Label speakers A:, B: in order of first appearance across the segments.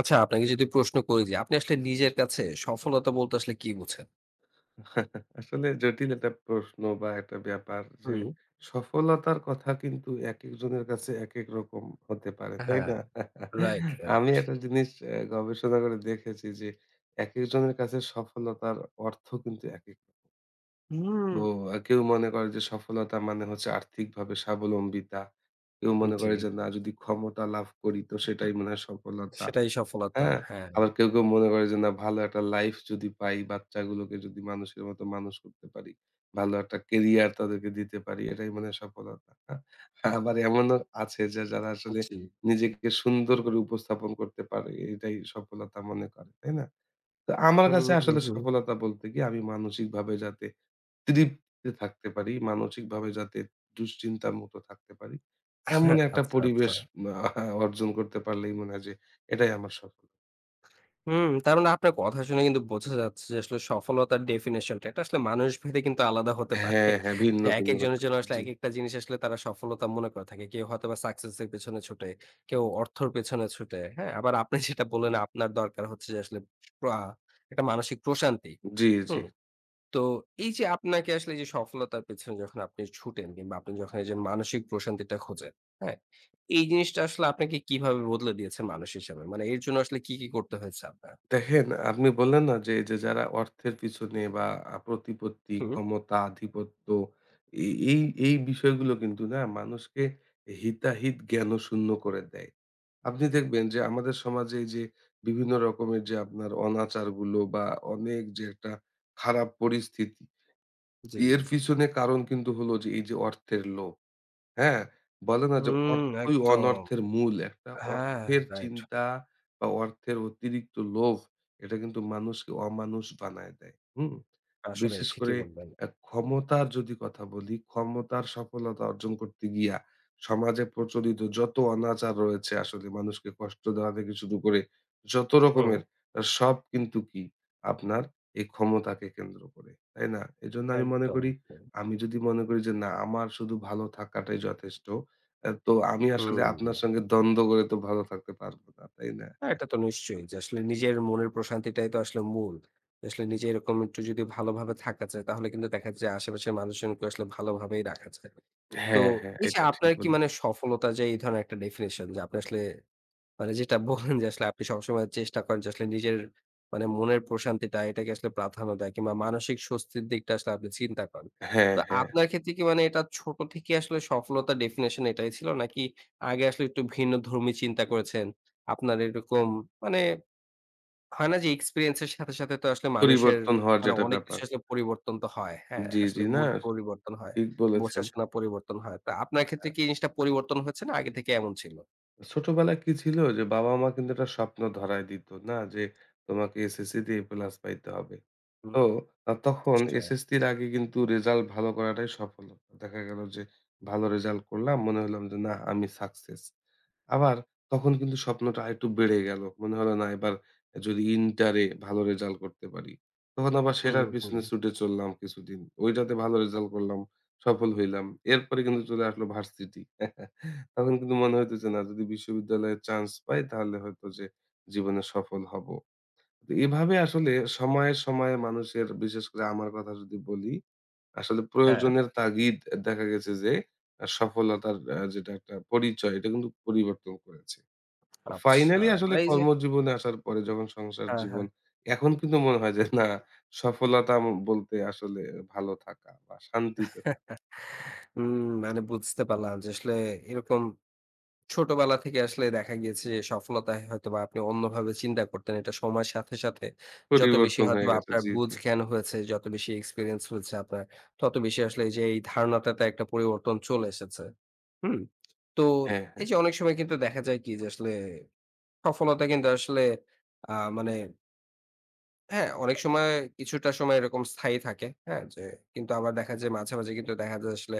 A: আচ্ছা আপনাকে যদি প্রশ্ন করি যে আপনি আসলে নিজের কাছে সফলতা বলতে আসলে কি বোঝেন?
B: আসলে জটিল একটা প্রশ্ন বা একটা ব্যাপার যে
A: হুম।
B: সফলতার কথা কিন্তু এক একজনের কাছে এক এক রকম হতে পারে, তাই
A: হ্যাঁ,
B: না।
A: রাইট,
B: আমি
A: রাইট।
B: একটা জিনিস গবেষণা করে দেখেছি যে এক একজনের কাছে সফলতার অর্থ কিন্তু এক এক রকম।
A: হুম,
B: তো কেউ মনে করে যে সফলতা মানে হচ্ছে আর্থিকভাবে স্বাবলম্বিতা। কেউ মনে
A: জি।
B: করে যে না, যদি ক্ষমতা লাভ করি তো সেটাই মনে হয় সফলতা।
A: সেটাই সফলতা।
B: হ্যাঁ?
A: হ্যাঁ।
B: আবার কেউ, কেউ মনে করে যে না, ভালো একটা লাইফ যদি পাই, বাচ্চাগুলোকে যদি মানুষের মতো মানুষ করতে পারি, ভালো একটা কেরিয়ার তাদেরকে দিতে পারি, এটাই মনে হয় সফলতা। হ্যাঁ, আবার এমনও আছে যে যারা আসলে
A: জি।
B: নিজেকে সুন্দর করে উপস্থাপন করতে পারে এটাই সফলতা মনে করে, তাই না? তো আমার
A: হুম,
B: কাছে
A: হুম,
B: আসলে
A: হুম।
B: সফলতা বলতে কি, আমি মানসিকভাবে যাতে তৃপ্তিতে থাকতে পারি, মানসিকভাবে যাতে দুশ্চিন্তা মুক্ত থাকতে পারি। এমন একটা
A: আচ্ছা, আচ্ছা।
B: পরিবেশ আ অর্জন করতে পারলেই মনে হয় যে এটাই আমার সফল।
A: তার মানে আপনার কথা শুনে কিন্তু বোঝা যাচ্ছে যে আসলে সফলতার ডেফিনিশনটা এটা আসলে মানুষভেদে কিন্তু আলাদা হতে পারে।
B: হ্যাঁ, হ্যাঁ। ভিন্ন,
A: যে
B: ভিন্ন হতে
A: একেকজনের
B: পারে।
A: জন্য আসলে
B: জি,
A: একেকটা জিনিস আসলে তারা সফলতা মনে করে থাকে। কেউ হয়তোবা সাকসেস এর পেছনে ছুটে, কেউ অর্থের পেছনে ছুটে, হ্যাঁ? আবার আপনি যেটা বললেন আপনার দরকার হচ্ছে যে আসলে আ একটা মানসিক প্রশান্তি।
B: জি, জি।
A: হুম? তো এই যে আপনাকে আসলে এই যে সফলতার পেছনে যখন আপনি ছুটেন কিংবা আপনি যখন এই যে মানসিক প্রশান্তিটা খোঁজেন, হ্যাঁ? এই জিনিসটা আসলে আপনাকে কিভাবে বদলে দিয়েছে মানুষ হিসেবে? মানে এর জন্য আসলে কি, কি করতে হয়েছে আপনার?
B: দেখেন, আপনি বললেন না যে এই যে যারা অর্থের পিছনে বা প্রতিপত্তি,
A: হুম,
B: ক্ষমতা, আধিপত্য, এই এই এই বিষয়গুলো কিন্তু না মানুষকে হিতাহিত জ্ঞানশূন্য করে দেয়। আপনি দেখবেন যে আমাদের সমাজে এই যে বিভিন্ন রকমের যে আপনার অনাচারগুলো বা অনেক যে একটা খারাপ পরিস্থিতি,
A: জি।
B: এর পিছনে কারণ কিন্তু হলো যে এই যে অর্থের লোভ। হ্যাঁ, বলে না যে
A: হুম,
B: অর্থই
A: একদম।
B: অনর্থের মূল। একটা
A: হ্যাঁ,
B: অর্থের
A: রাইট।
B: চিন্তা বা অর্থের অতিরিক্ত লোভ এটা কিন্তু মানুষকে অমানুষ বানায় দেয়। হুম?
A: আসলেই
B: বিশেষ
A: ঠিকই
B: করে
A: বললেন।
B: ক্ষমতার যদি কথা বলি, ক্ষমতার সফলতা অর্জন করতে গিয়া সমাজে প্রচলিত যত অনাচার রয়েছে, আসলে মানুষকে কষ্ট দেওয়া থেকে শুরু করে যত
A: হুম,
B: রকমের সব কিন্তু কি আপনার এই ক্ষমতাকে কেন্দ্র করে। তাই না? এজন্য আমি
A: একদম,
B: মনে করি,
A: একদম।
B: আমি যদি মনে করি যে না আমার শুধু ভালো থাকাটাই যথেষ্ট, তো আমি আসলে
A: হুম।
B: আপনার সঙ্গে দ্বন্দ্ব করে তো ভালো থাকতে পারব না, তাই না?
A: না, এটা তো নিশ্চয়ই যে আসলে নিজের মনের প্রশান্তিটাই তো আসলে মূল। আসলে নিজে এরকম একটু যদি ভালোভাবে থাকা যায় তাহলে কিন্তু দেখা যায় যে আশেপাশের মানুষজনকে আসলে ভালোভাবেই রাখা যায়। তো
B: হ্যাঁ, হ্যাঁ,
A: এই যে
B: এটা ঠিক
A: আপনার কি মানে
B: বলেছেন।
A: সফলতা যে এই ধরনের একটা ডেফিনিশন যে আপনি আসলে মানে যেটা বললেন যে আসলে আপনি সবসময় চেষ্টা করেন যে আসলে নিজের মানে মনের প্রশান্তিটা এটাকে আসলে প্রাধান্য দেয় কিংবা মানসিক স্বস্তির দিকটা আসলে আপনি চিন্তা করেন।
B: হ্যাঁ,
A: তো
B: হ্যাঁ,
A: আপনার ক্ষেত্রে কি মানে এটা ছোট থেকে আসলে সফলতার ডেফিনিশন এটাই ছিল? নাকি আগে আসলে একটু ভিন্নধর্মী চিন্তা করেছেন? আপনার এরকম মানে হয় না যে এক্সপেরিয়েন্স এর সাথে, সাথে তো আসলে মানুষের
B: পরিবর্তন হওয়ার
A: মানে
B: যেটা
A: অনেক
B: ব্যাপার।
A: কিছু আসলে পরিবর্তন তো হয়। হ্যাঁ,
B: জি,
A: আসলে
B: জি, না
A: মুড পরিবর্তন হয়,
B: ঠিক বলেছেন।
A: বোঝাশোনা পরিবর্তন হয়। তো আপনার ক্ষেত্রে
B: আ
A: কি জিনিসটা পরিবর্তন হয়েছে না আগে থেকে এমন ছিল?
B: ছোটবেলায় কি ছিল, যে বাবা-মা কিন্তু একটা স্বপ্ন ধরায় দিত না যে তোমাকে এসএসসি দিয়ে এ প্লাস পাইতে হবে।
A: হুম,
B: তো তখন
A: আচ্ছা।
B: এসএসসির আগে কিন্তু রেজাল্ট ভালো করাটাই সফলতা। দেখা গেল যে ভালো রেজাল্ট করলাম। মনে হলাম যে না আমি সাকসেস। আবার তখন কিন্তু স্বপ্নটা আরেকটু বেড়ে গেল। মনে হলো, না এবার যদি ইন্টারে ভালো রেজাল্ট করতে পারি। তখন আবার
A: হুম,
B: সেটার
A: হুম।
B: পিছনে ছুটে চললাম কিছুদিন। ওইটাতে ভালো রেজাল্ট করলাম, সফল হইলাম। এরপরে কিন্তু চলে আসলো ভার্সিটি। তখন কিন্তু মনে হইতেছে, না যদি বিশ্ববিদ্যালয়ে চান্স পাই তাহলে হয়তো যে জীবনে সফল হব। তো এভাবে আসলে সময়ে, সময়ে মানুষের, বিশেষ করে আমার কথা যদি বলি, আসলে
A: হ্যাঁ,
B: প্রয়োজনের তাগিদ দেখা গেছে যে সফলতার যেটা একটা পরিচয় এটা কিন্তু পরিবর্তন করেছে।
A: আচ্ছা।
B: ফাইনালি আসলে
A: মানে এই যে
B: কর্মজীবনে আসার পরে যখন সংসার
A: হ্যাঁ,
B: জীবন,
A: হ্যাঁ।
B: এখন কিন্তু মনে হয় যে না, সফলতা বলতে আসলে ভালো থাকা বা শান্তিতে থাকা।
A: হুম, মানে বুঝতে পারলাম যে আসলে এরকম ছোটবেলা থেকে আসলে দেখা গিয়েছে যে সফলতায় হয়তোবা আপনি অন্যভাবে চিন্তা করতেন। এটা সময়ের সাথে, সাথে যত বেশি
B: পরিবর্তন হয়ে
A: হয়তোবা
B: গেছে।
A: আপনার
B: জি,
A: বুঝ
B: জি।
A: জ্ঞান হয়েছে, যত বেশি এক্সপেরিয়েন্স হয়েছে আপনার, তত বেশি আসলে এই যে এই ধারণাটাতে একটা পরিবর্তন চলে এসেছে। হুম? তো
B: হ্যাঁ,
A: এই
B: হ্যাঁ।
A: যে অনেক সময় কিন্তু দেখা যায় কি যে আসলে সফলতা কিন্তু আসলে আ মানে হ্যাঁ, অনেক সময় কিছুটা সময় এরকম স্থায়ী থাকে। হ্যাঁ? যে কিন্তু আবার দেখা যায় মাঝে, মাঝে কিন্তু দেখা যায় আসলে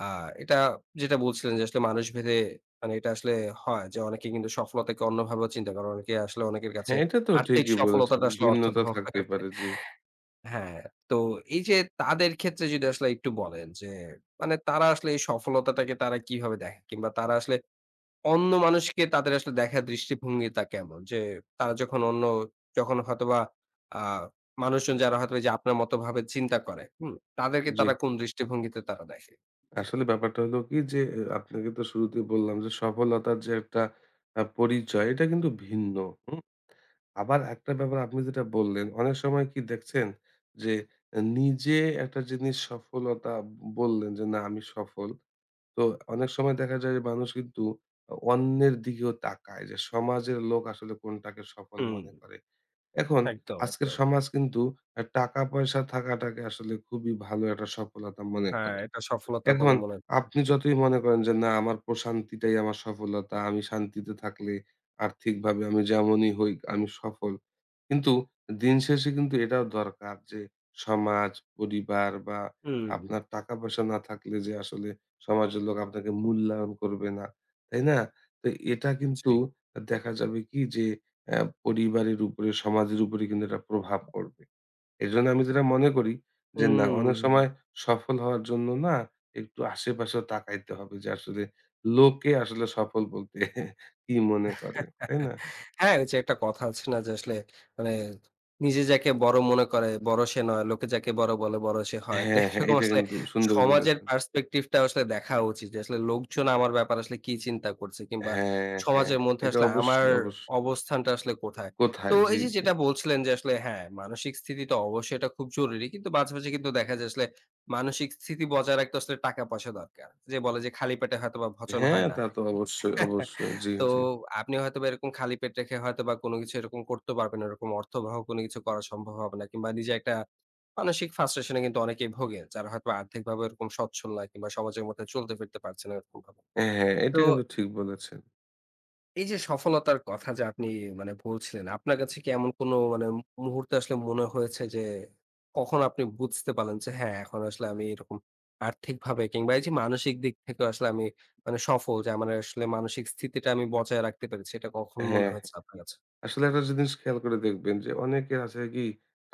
A: আ এটা যেটা বলছিলেন যে আসলে মানুষভেদে মানে এটা আসলে হয় যে অনেকে কিন্তু সফলতাকে অন্যভাবেও চিন্তা করে। অনেকে আসলে অনেকের কাছে
B: হ্যাঁ, এটা তো
A: আর্থিক
B: ঠিকই বলেছেন।
A: সফলতাটা আসলে
B: ভিন্নতা
A: অর্থবহ করে।
B: থাকতেই পারে। জি,
A: হ্যাঁ, তো এই যে তাদের ক্ষেত্রে যদি আসলে একটু বলেন যে মানে তারা আসলে এই সফলতাটাকে তারা কিভাবে দেখে? কিংবা তারা আসলে অন্য মানুষকে তাদের আসলে দেখার দৃষ্টিভঙ্গিটা কেমন? যে তারা যখন অন্য যখন হয়তোবা আ মানুষজন যারা হয়তো এই যে আপনার মত ভাবে চিন্তা করে, হুম? তাদেরকে
B: জি।
A: তারা কোন দৃষ্টিভঙ্গিতে তারা দেখে?
B: আসলে ব্যাপারটা হলো কি যে, আপনাকে তো শুরুতেই বললাম যে সফলতার যে একটা পরিচয় এটা কিন্তু ভিন্ন। হুম? আবার একটা ব্যাপার আপনি যেটা বললেন, অনেক সময় কি দেখছেন যে নিজে একটা জিনিস সফলতা বললেন যে না আমি সফল। তো অনেক সময় দেখা যায় যে মানুষ কিন্তু অন্যের দিকেও তাকায় যে সমাজের লোক আসলে কোনটাকে সফল
A: হুম,
B: মনে করে। এখন
A: একদম,
B: আজকের
A: একদম।
B: সমাজ কিন্তু টাকা পয়সা থাকাটাকে আসলে খুবই ভালো একটা সফলতা মনে
A: হ্যাঁ,
B: করে।
A: এটা সফলতা
B: এখন
A: বলে মনে করে।
B: আপনি যতই মনে করেন যে না আমার প্রশান্তিটাই আমার সফলতা, আমি শান্তিতে থাকলে আর্থিকভাবে আমি যেমনই হই আমি সফল। কিন্তু দিন শেষে কিন্তু এটাও দরকার যে সমাজ, পরিবার, বা
A: হুম,
B: আপনার টাকা পয়সা না থাকলে যে আসলে সমাজের লোক আপনাকে মূল্যায়ন করবে না। তাই না? তো এটা কিন্তু
A: জি।
B: দেখা যাবে কি যে অ্যা পরিবারের উপরে, সমাজের উপরে কিন্তু এটা প্রভাব পড়বে। এজন্য আমি যেটা মনে করি যে না, অনেক
A: হুম।
B: সময় সফল হওয়ার জন্য না একটু আশেপাশেও তাকাইতে হবে যে আসলে লোকে আসলে সফল বলতে কি মনে করে, তাই না?
A: হ্যাঁ, ওই যে একটা কথা আছে না যে আসলে মানে নিজে যাকে বড় মনে করে বড় সে নয়, লোকে যাকে বড় বলে বড় সে হয়। তো
B: হ্যাঁ, হ্যাঁ,
A: এরকম
B: এটা
A: আসলে
B: কিন্তু সুন্দর
A: সমাজের
B: বলেছেন।
A: পার্সপেক্টিভ টা আসলে দেখা উচিত। যে আসলে লোকজন আমার ব্যাপারে আসলে কি চিন্তা করছে কিংবা
B: হ্যাঁ, হ্যাঁ,
A: সমাজের মধ্যে
B: এটা
A: আসলে আমার
B: অবশ্যই, অবশ্যই।
A: অবস্থানটা আসলে কোথায়। তো
B: কোথায়? জি,
A: এই যে
B: জি।
A: যেটা বলছিলেন যে আসলে হ্যাঁ, মানসিক স্থিতি তো অবশ্যই এটা খুব জরুরি। কিন্তু মাঝে, মাঝে কিন্তু দেখা যায় আসলে মানসিক স্থিতি বজায় রাখতে আসলে টাকা-পয়সা দরকার। যে বলে যে খালি পেটে হয়তোবা পচন
B: হ্যাঁ,
A: হয় না।
B: তা তো অবশ্যই, অবশ্যই। জি,
A: তো
B: জি।
A: আপনি হয়তোবা এরকম খালি পেট রেখে হয়তোবা কোনো কিছু এরকম করতে পারবেন না। এরকম অর্থবহ কোনো কিছু করা সম্ভব হবে না। কিংবা নিজে একটা মানসিক frustration এ কিন্তু অনেকেই ভোগে। যারা হয়তোবা আর্থিকভাবে এরকম সচ্ছল না কিংবা সমাজের মধ্যে চলতে ফিরতে পারছে না এরকমভাবে।
B: হ্যাঁ, হ্যাঁ,
A: তো
B: এটা কিন্তু ঠিক বলেছেন।
A: এই যে সফলতার কথা যে আপনি মানে বলছিলেন, আপনার কাছে কি এমন কোনো মানে মুহূর্তে আসলে মনে হয়েছে যে কখন আপনি বুঝতে পারলেন যে হ্যাঁ, এখন আসলে আমি এরকম আর্থিকভাবে কিংবা এই যে মানসিক দিক থেকেও আসলে আমি মানে সফল যে আমার আসলে মানসিক স্থিতিটা আমি বজায় রাখতে পেরেছি। এটা কখন মনে
B: হ্যাঁ।
A: হয়েছে আপনার কাছে?
B: আসলে একটা জিনিস খেয়াল করে দেখবেন যে, অনেকের আছে কি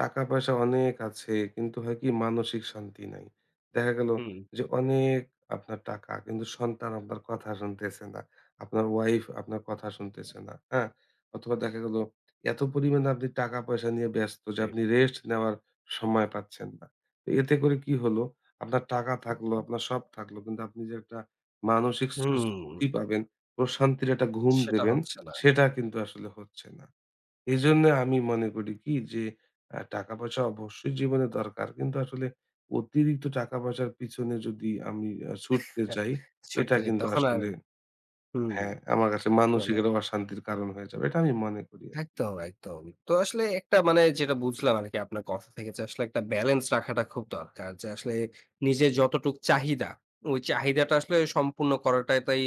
B: টাকা পয়সা অনেক আছে কিন্তু হয় কি মানসিক শান্তি নাই। দেখা গেল
A: হুম।
B: যে অনেক, আপনার টাকা কিন্তু সন্তান আপনার কথা শুনতেছে না, আপনার ওয়াইফ আপনার কথা শুনতেছে না, হ্যাঁ। অথবা দেখা গেল এত পরিমাণে আপনি টাকা পয়সা নিয়ে ব্যস্ত যে
A: জি।
B: আপনি রেস্ট নেওয়ার সময় পাচ্ছেন না। তো এতে করে কি হলো, আপনার টাকা থাকলো, আপনার সব থাকলো, কিন্তু আপনি যে একটা মানসিক
A: হুম,
B: স্বস্তি পাবেন, প্রশান্তির একটা ঘুম
A: সেটা
B: দেবেন,
A: হচ্ছে না।
B: সেটা কিন্তু আসলে হচ্ছে না। এজন্য আমি মনে করি কি যে টাকা-পয়সা অবশ্যই জীবনে দরকার। কিন্তু আসলে অতিরিক্ত টাকা-পয়সার পিছনে যদি আমি ছুটতে
A: হ্যাঁ,
B: যাই, এটা
A: সত্যি যে
B: কিন্তু
A: তখন আর
B: আসলে,
A: হুম,
B: হ্যাঁ, আমার কাছে মানসিক
A: মানে
B: একটা অশান্তির কারণ হয়ে যাবে। এটা আমি মনে করি আরকি।
A: একদম, একদম। তো আসলে একটা মানে যেটা বুঝলাম আরকি আপনার কথা থেকে যে আসলে একটা ব্যালেন্স রাখাটা খুব দরকার। যে আসলে নিজের যতটুক চাহিদা, ওই চাহিদাটা আসলে সম্পূর্ণ করাটাই তাই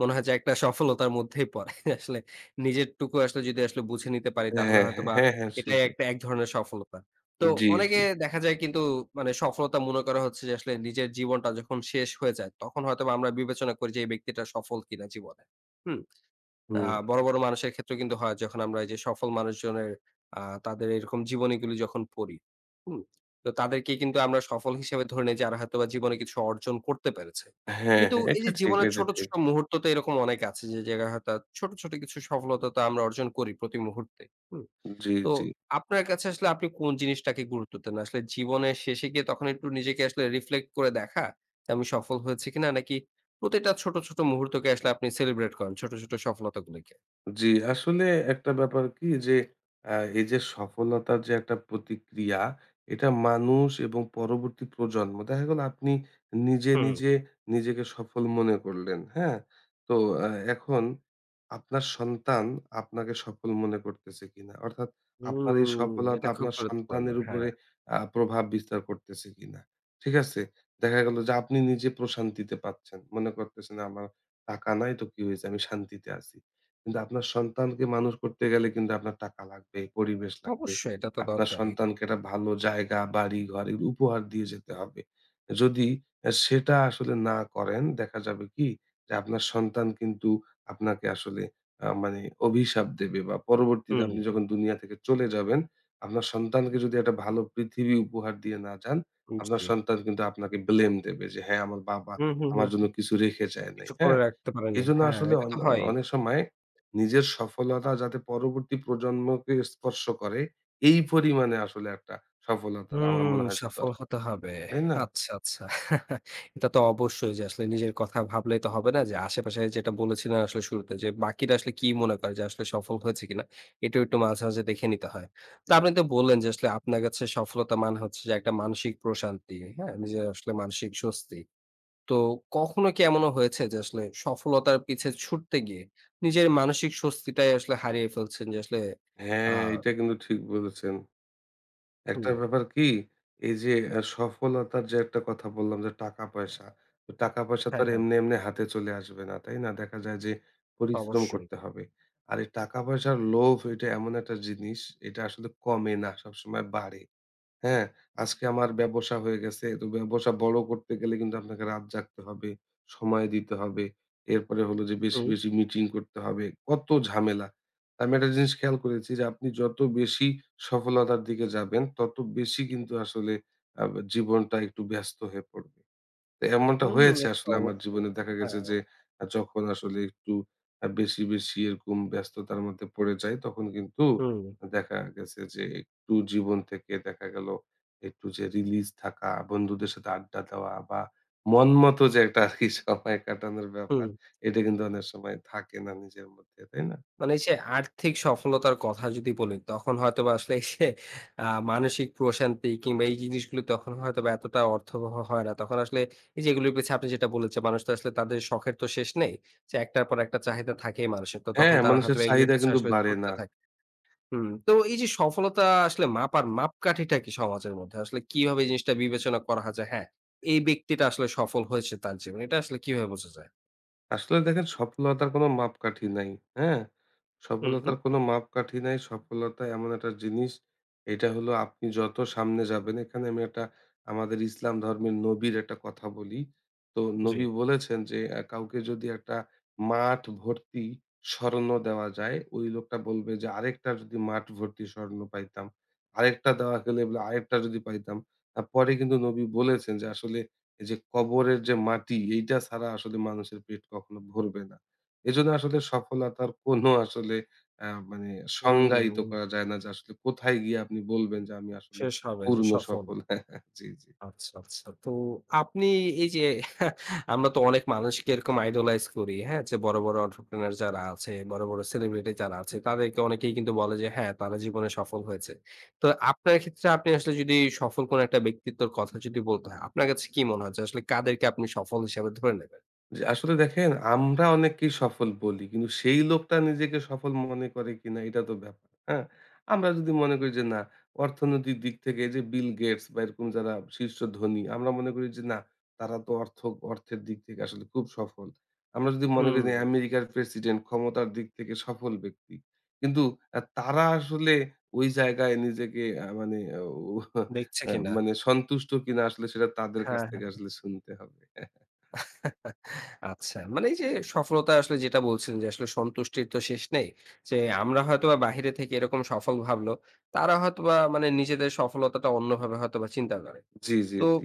A: মনে হয় যে একটা সফলতার মধ্যেই পড়ে। আসলে নিজেরটুকু আসলে যদি আসলে বুঝে নিতে পারি
B: হ্যাঁ,
A: তাহলে
B: হ্যাঁ,
A: হয়তোবা
B: হ্যাঁ, হ্যাঁ
A: এটাই
B: সেটাই।
A: একটা এক ধরনের সফলতা। তো
B: জি, জি।
A: অনেকে দেখা যায় কিন্তু মানে সফলতা মনে করা হচ্ছে যে আসলে নিজের জীবনটা যখন শেষ হয়ে যায় তখন হয়তোবা আমরা বিবেচনা করি যে এই ব্যক্তিটা সফল কিনা জীবনে। হুম? আ
B: হুম।
A: বড়, বড় মানুষের ক্ষেত্রেও কিন্তু হয় যখন আমরা এই যে সফল মানুষজনের আ তাদের এরকম জীবনীগুলি যখন পড়ি, হুম? তো তাদেরকে কিন্তু আমরা সফল হিসেবে ধরে নেই যারা হয়তোবা জীবনে কিছু অর্জন করতে পেরেছে।
B: হ্যাঁ,
A: কিন্তু
B: হ্যাঁ।
A: এই
B: এটা
A: যে
B: ঠিক,
A: জীবনের
B: এটা
A: ছোট,
B: ঠিক।
A: ছোট মুহূর্ত তো এরকম অনেক আছে যে জায়গায় হয়তো ছোট, ছোট কিছু সফলতা তো আমরা অর্জন করি প্রতি মুহূর্তে, হুম?
B: জি,
A: তো
B: জি।
A: আপনার কাছে আসলে আপনি কোন জিনিসটাকে গুরুত্ব দেন? আসলে জীবনের শেষে গিয়ে তখন একটু নিজেকে আসলে রিফ্লেক্ট করে দেখা যে আমি সফল হয়েছি কিনা? নাকি প্রতিটা ছোট, ছোট মুহূর্তকে আসলে আপনি সেলিব্রেট করেন ছোট, ছোট সফলতাগুলিকে?
B: জি, আসলে একটা ব্যাপার কি যে আ এই যে সফলতার যে একটা প্রতিক্রিয়া, এটা মানুষ এবং পরবর্তী প্রজন্ম, দেখা গেল আপনি নিজে,
A: হুম,
B: নিজে নিজেকে সফল মনে করলেন, হ্যাঁ? তো আ এখন আপনার সন্তান আপনাকে সফল মনে করতেছে কিনা? অর্থাৎ আপনার এই
A: হুম,
B: সফলতা
A: এটা খুব
B: আপনার
A: গুরুত্বপূর্ণ।
B: সন্তানের
A: হ্যাঁ,
B: উপরে প্রভাব বিস্তার করতেছে কিনা? ঠিক আছে? দেখা গেল যে আপনি নিজে প্রশান্তিতে পাচ্ছেন। মনে করতেছেন আমার টাকা নাই তো কি হইছে, আমি শান্তিতে আছি। কিন্তু আপনার সন্তানকে মানুষ করতে গেলে কিন্তু আপনার টাকা লাগবে, পরিবেশ লাগবে।
A: অবশ্যই এটা তো
B: আপনার
A: দরকারই।
B: সন্তানকে একটা ভালো জায়গা, বাড়ি-ঘর, এগুলো উপহার দিয়ে যেতে হবে। যদি সেটা আসলে না করেন, দেখা যাবে কি যে আপনার সন্তান কিন্তু আপনাকে আসলে মানে অভিশাপ দেবে, বা পরবর্তীতে
A: হুম,
B: আপনি যখন দুনিয়া থেকে চলে যাবেন, আপনার সন্তানকে যদি একটা ভালো পৃথিবী উপহার দিয়ে না যান,
A: হুম,
B: আপনার
A: জি।
B: সন্তান কিন্তু আপনাকে ব্লেম দেবে যে, "হ্যাঁ, আমার বাবা
A: হুম, হুম,
B: আমার
A: হুম।
B: জন্য কিছু রেখে যায় নাই।"
A: কিছু
B: হ্যাঁ?
A: করে রাখতে পারেনি।
B: এজন্য
A: হ্যাঁ,
B: আসলে
A: এটা
B: অন
A: তো
B: অ
A: হয়ই।
B: অনেক সময় নিজের সফলতা যাতে পরবর্তী প্রজন্মকে স্পর্শ করে, এই পরিমাণে আসলে একটা সফলতার আমার
A: হুম,
B: মনে হয় যে
A: সফল
B: দরকার।
A: হতে হবে।
B: তাই না?
A: আচ্ছা, আচ্ছা। এটা তো অবশ্যই যে আসলে নিজের কথা ভাবলেই তো হবে না যে আশেপাশে যেটা বলেছিলেন আসলে শুরুতে যে বাকিরা আসলে কি মনে করে যে আসলে সফল হয়েছে কিনা? এটাও একটু মাঝে, মাঝে দেখে নিতে হয়। তো আপনি তো বললেন যে আসলে আপনার কাছে সফলতা মানে হচ্ছে যে একটা মানসিক প্রশান্তি, হ্যাঁ? নিজের আসলে মানসিক স্বস্তি। তো কখনো কি এমনও হয়েছে যে আসলে সফলতার পিছে ছুটতে গিয়ে নিজের মানসিক স্বস্তিটাই আসলে হারিয়ে ফেলছেন যে আসলে আ
B: হ্যাঁ, এটা কিন্তু ঠিক বলেছেন। একটা
A: হুম,
B: ব্যাপার কি? এই যে সফলতার যে একটা কথা বললাম যে টাকা-পয়সা। তো টাকা-পয়সা তো
A: হ্যাঁ,
B: আর
A: হ্যাঁ,
B: এমনি, এমনি হাতে চলে আসবে না। তাই না? দেখা যায় যে পরিশ্রম
A: অবশ্যই।
B: করতে হবে। আর এই টাকা-পয়সার লোভ এটা এমন একটা জিনিস, এটা আসলে কমে না, সবসময় বাড়ে। হ্যাঁ, আজকে আমার ব্যবসা হয়ে গেছে। তো ব্যবসা বড় করতে গেলে কিন্তু আপনাকে রাত জাগতে হবে, সময় দিতে হবে। এরপরে হলো যে বেশি,
A: হুম,
B: বেশি মিটিং করতে হবে। কত ঝামেলা। আমি একটা জিনিস খেয়াল করেছি যে আপনি যত বেশি সফলতার দিকে যাবেন, তত বেশি কিন্তু আসলে আ জীবনটা একটু ব্যস্ত হয়ে পড়বে। তো এমনটা
A: হুম,
B: হয়েছে,
A: এটা তো
B: আসলে আমার
A: অবশ্যই।
B: জীবনে দেখা
A: হ্যাঁ,
B: গেছে যে যখন আসলে একটু বেশি, বেশি এরকম ব্যস্ততার মধ্যে পড়ে যাই, তখন কিন্তু
A: হুম,
B: দেখা গেছে যে একটু জীবন থেকে, দেখা গেল একটু যে রিলিজ থাকা, বন্ধুদের সাথে আড্ডা দেওয়া বা মন মতো যে একটা আরকি সময় কাটানোর ব্যাপার,
A: হুম।
B: এটা কিন্তু অনেক সময় থাকে না নিজের মধ্যে, তাই না?
A: মানে এই যে আর্থিক সফলতার কথা যদি বলি তখন হয়তোবা আসলে এই যে আ মানসিক প্রশান্তি কিংবা এই জিনিসগুলো তখন হয়তোবা এতটা অর্থবহ হয় না। তখন আসলে এই যে এগুলোর পিছে আপনি যেটা বলেছেন মানুষ তো আসলে তাদের শখের তো শেষ নেই। যে একটার পর একটা চাহিদা থাকেই মানুষের। তো তখন
B: হ্যাঁ,
A: তারা
B: মানুষের
A: হয়তোবা এগুলোর
B: চাহিদা
A: পিছনে
B: কিন্তু
A: আসলে
B: বাড়ে
A: ছুটতে
B: না।
A: থাকে। হুম, তো এই যে সফলতা আসলে মাপার মাপকাঠিটা কি সমাজের মধ্যে? আসলে কিভাবে এই জিনিসটা বিবেচনা করা হয় যে হ্যাঁ, এই ব্যক্তিটা আসলে সফল হয়েছে তার জীবনে। এটা আসলে কিভাবে বোঝা যায়?
B: আসলে দেখেন, সফলতার কোনো মাপকাঠি নাই। হ্যাঁ?
A: হুম, হুম।
B: সফলতার কোনো মাপকাঠি নাই। সফলতা এমন একটা জিনিস, এটা হলো আপনি যত সামনে যাবেন, এখানে আমি একটা আমাদের ইসলাম ধর্মের নবীর একটা কথা বলি। তো
A: জি।
B: নবী বলেছেন যে, কাউকে যদি একটা মাঠ ভর্তি স্বর্ণ দেওয়া যায়, ওই লোকটা বলবে যে, আরেকটা যদি মাঠ ভর্তি স্বর্ণ পাইতাম। আরেকটা দেওয়া গেলে বলে, আরেকটা যদি পাইতাম।" পরে কিন্তু নবী বলেছেন যে আসলে এই যে কবরের যে মাটি, এইটা ছাড়া আসলে মানুষের পেট কখনো ভরবে না। এজন্য আসলে সফলতার কোনো আসলে মানে সংজ্ঞায়িত
A: হুম,
B: করা যায় না যে আসলে কোথায় গিয়ে আপনি বলবেন যে আমি আসলে
A: শেষ হবে যে
B: পূর্ণ
A: সফল।
B: সফল। জি, জি।
A: আচ্ছা, আচ্ছা। তো আপনি এই যে আমরা তো অনেক মানুষকে এরকম idolize করি, হ্যাঁ? যে বড়, বড় entrepreneur যারা আছে, বড়, বড় সেলিব্রিটি যারা আছে, তাদেরকে অনেকেই কিন্তু বলে যে হ্যাঁ, তারা জীবনে সফল হয়েছে। তো আপনার ক্ষেত্রে আপনি আসলে যদি সফল কোনো একটা ব্যক্তিত্বর কথা যদি বলতে হয়, আপনার কাছে কি মনে হয় যে আসলে কাদেরকে আপনি সফল হিসেবে ধরে নেবেন?
B: জি, আসলে দেখেন, আমরা অনেককেই সফল বলি, কিন্তু সেই লোকটা নিজেকে সফল মনে করে কিনা এটা তো ব্যাপার। হ্যাঁ, আমরা যদি মনে করি যে না, অর্থনৈতিক দিক থেকে এই যে বিল গেটস বা এরকম যারা শীর্ষ ধনী, আমরা মনে করি যে না, তারা তো অর্থের দিক থেকে আসলে খুব সফল। আমরা যদি মনে করি
A: হুম,
B: যে আমেরিকার প্রেসিডেন্ট ক্ষমতার দিক থেকে সফল ব্যক্তি, কিন্তু তারা আসলে ওই জায়গায় নিজেকে মানে ও-
A: দেখছে কিনা।
B: মানে সন্তুষ্ট কিনা আসলে সেটা তাদের কাছ
A: হ্যাঁ,
B: থেকে
A: হ্যাঁ।
B: আসলে শুনতে হবে।
A: আচ্ছা। মানে এই যে সফলতা আসলে যেটা বলছিলেন যে আসলে সন্তুষ্টির তো শেষ নেই। যে আমরা হয়তোবা বাহিরে থেকে এরকম সফল ভাবলো, তারা হয়তোবা মানে নিজেদের সফলতাটা অন্যভাবে হয়তোবা চিন্তা করে।
B: জি, জি,
A: তো
B: জি।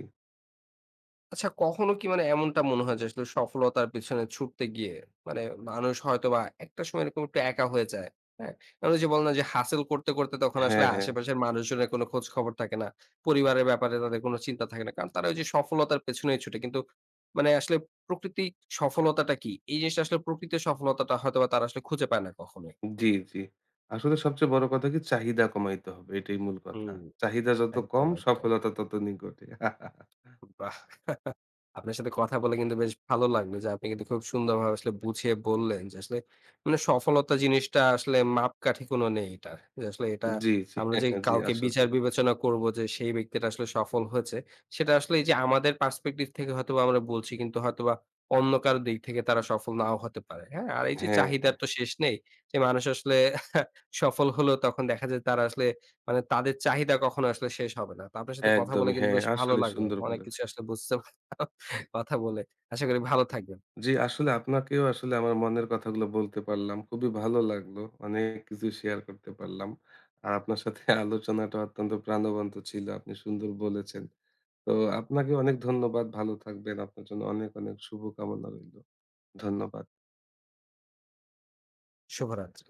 A: আচ্ছা কখনো কি মানে এমনটা মনে হয় যে আসলে সফলতার পেছনে ছুটতে গিয়ে মানে মানুষ হয়তো বা একটা সময় এরকম একটু একা হয়ে যায় হ্যাঁ মানে ওই যে বল না যে হাসিল করতে করতে তখন
B: হ্যাঁ,
A: আসলে
B: হ্যাঁ।
A: আশেপাশের মানুষজনের কোনো খোঁজ খবর থাকে না পরিবারের ব্যাপারে তাদের কোনো চিন্তা থাকে না কারণ তারা ওই যে সফলতার পেছনেই ছুটে কিন্তু মানে আসলে প্রকৃতি সফলতাটা কি এই জিনিসটা আসলে প্রকৃতির সফলতাটা হয়তো বা তারা আসলে খুঁজে পায় না কখনোই
B: জি, জি। আসলে সবচেয়ে বড় কথা কি, চাহিদা কমাইতে হবে। এটাই মূল কথা।
A: হুম
B: চাহিদা যত কম,
A: একদম একদম
B: সফলতা তত নিকটে।
A: আপনার সাথে কথা বলে কিন্তু বেশ ভালো লাগলো যে আপনি কিন্তু খুব সুন্দরভাবে আসলে বুঝিয়ে বললেন যে আসলে মানে সফলতা জিনিসটা আসলে মাপকাঠি কোনো নেই এটা যে আসলে এটা
B: জি, জি।
A: আমরা যে
B: জি,
A: কাউকে বিচার
B: আসলেই।
A: বিবেচনা করব যে সেই ব্যক্তিটা আসলে সফল হয়েছে সেটা আসলে এই যে আমাদের পার্সপেক্টিভ থেকে হয়তোবা আমরা বলছি কিন্তু হয়তোবা অন্য কারো দিক থেকে তারা সফল নাও হতে পারে হ্যাঁ আর এই যে
B: হ্যাঁ,
A: চাহিদার তো শেষ নেই যে মানুষ আসলে সফল হলেও তখন দেখা যায় তারা আসলে মানে তাদের চাহিদা কখনো আসলে শেষ হবে না তো আপনার সাথে কথা বলে
B: একদমই।
A: কিন্তু
B: হ্যাঁ,
A: বেশ ভালো
B: আসলেই
A: লাগলো
B: সুন্দর
A: অনেক কিছু
B: বলেছেন।
A: আসলে বুঝতে পারলাম কথা বলে আশা করি ভালো থাকবেন।
B: জি, আসলে আপনাকেও আসলে আমার মনের কথাগুলো বলতে পারলাম। খুবই ভালো লাগলো। অনেক কিছু শেয়ার করতে পারলাম। আর আপনার সাথে আলোচনাটা অত্যন্ত প্রাণবন্ত ছিল। আপনি সুন্দর বলেছেন। তো আপনাকে অনেক ধন্যবাদ। ভালো থাকবেন। আপনার জন্য অনেক, অনেক শুভকামনা রইলো। ধন্যবাদ।
A: শুভরাত্রি।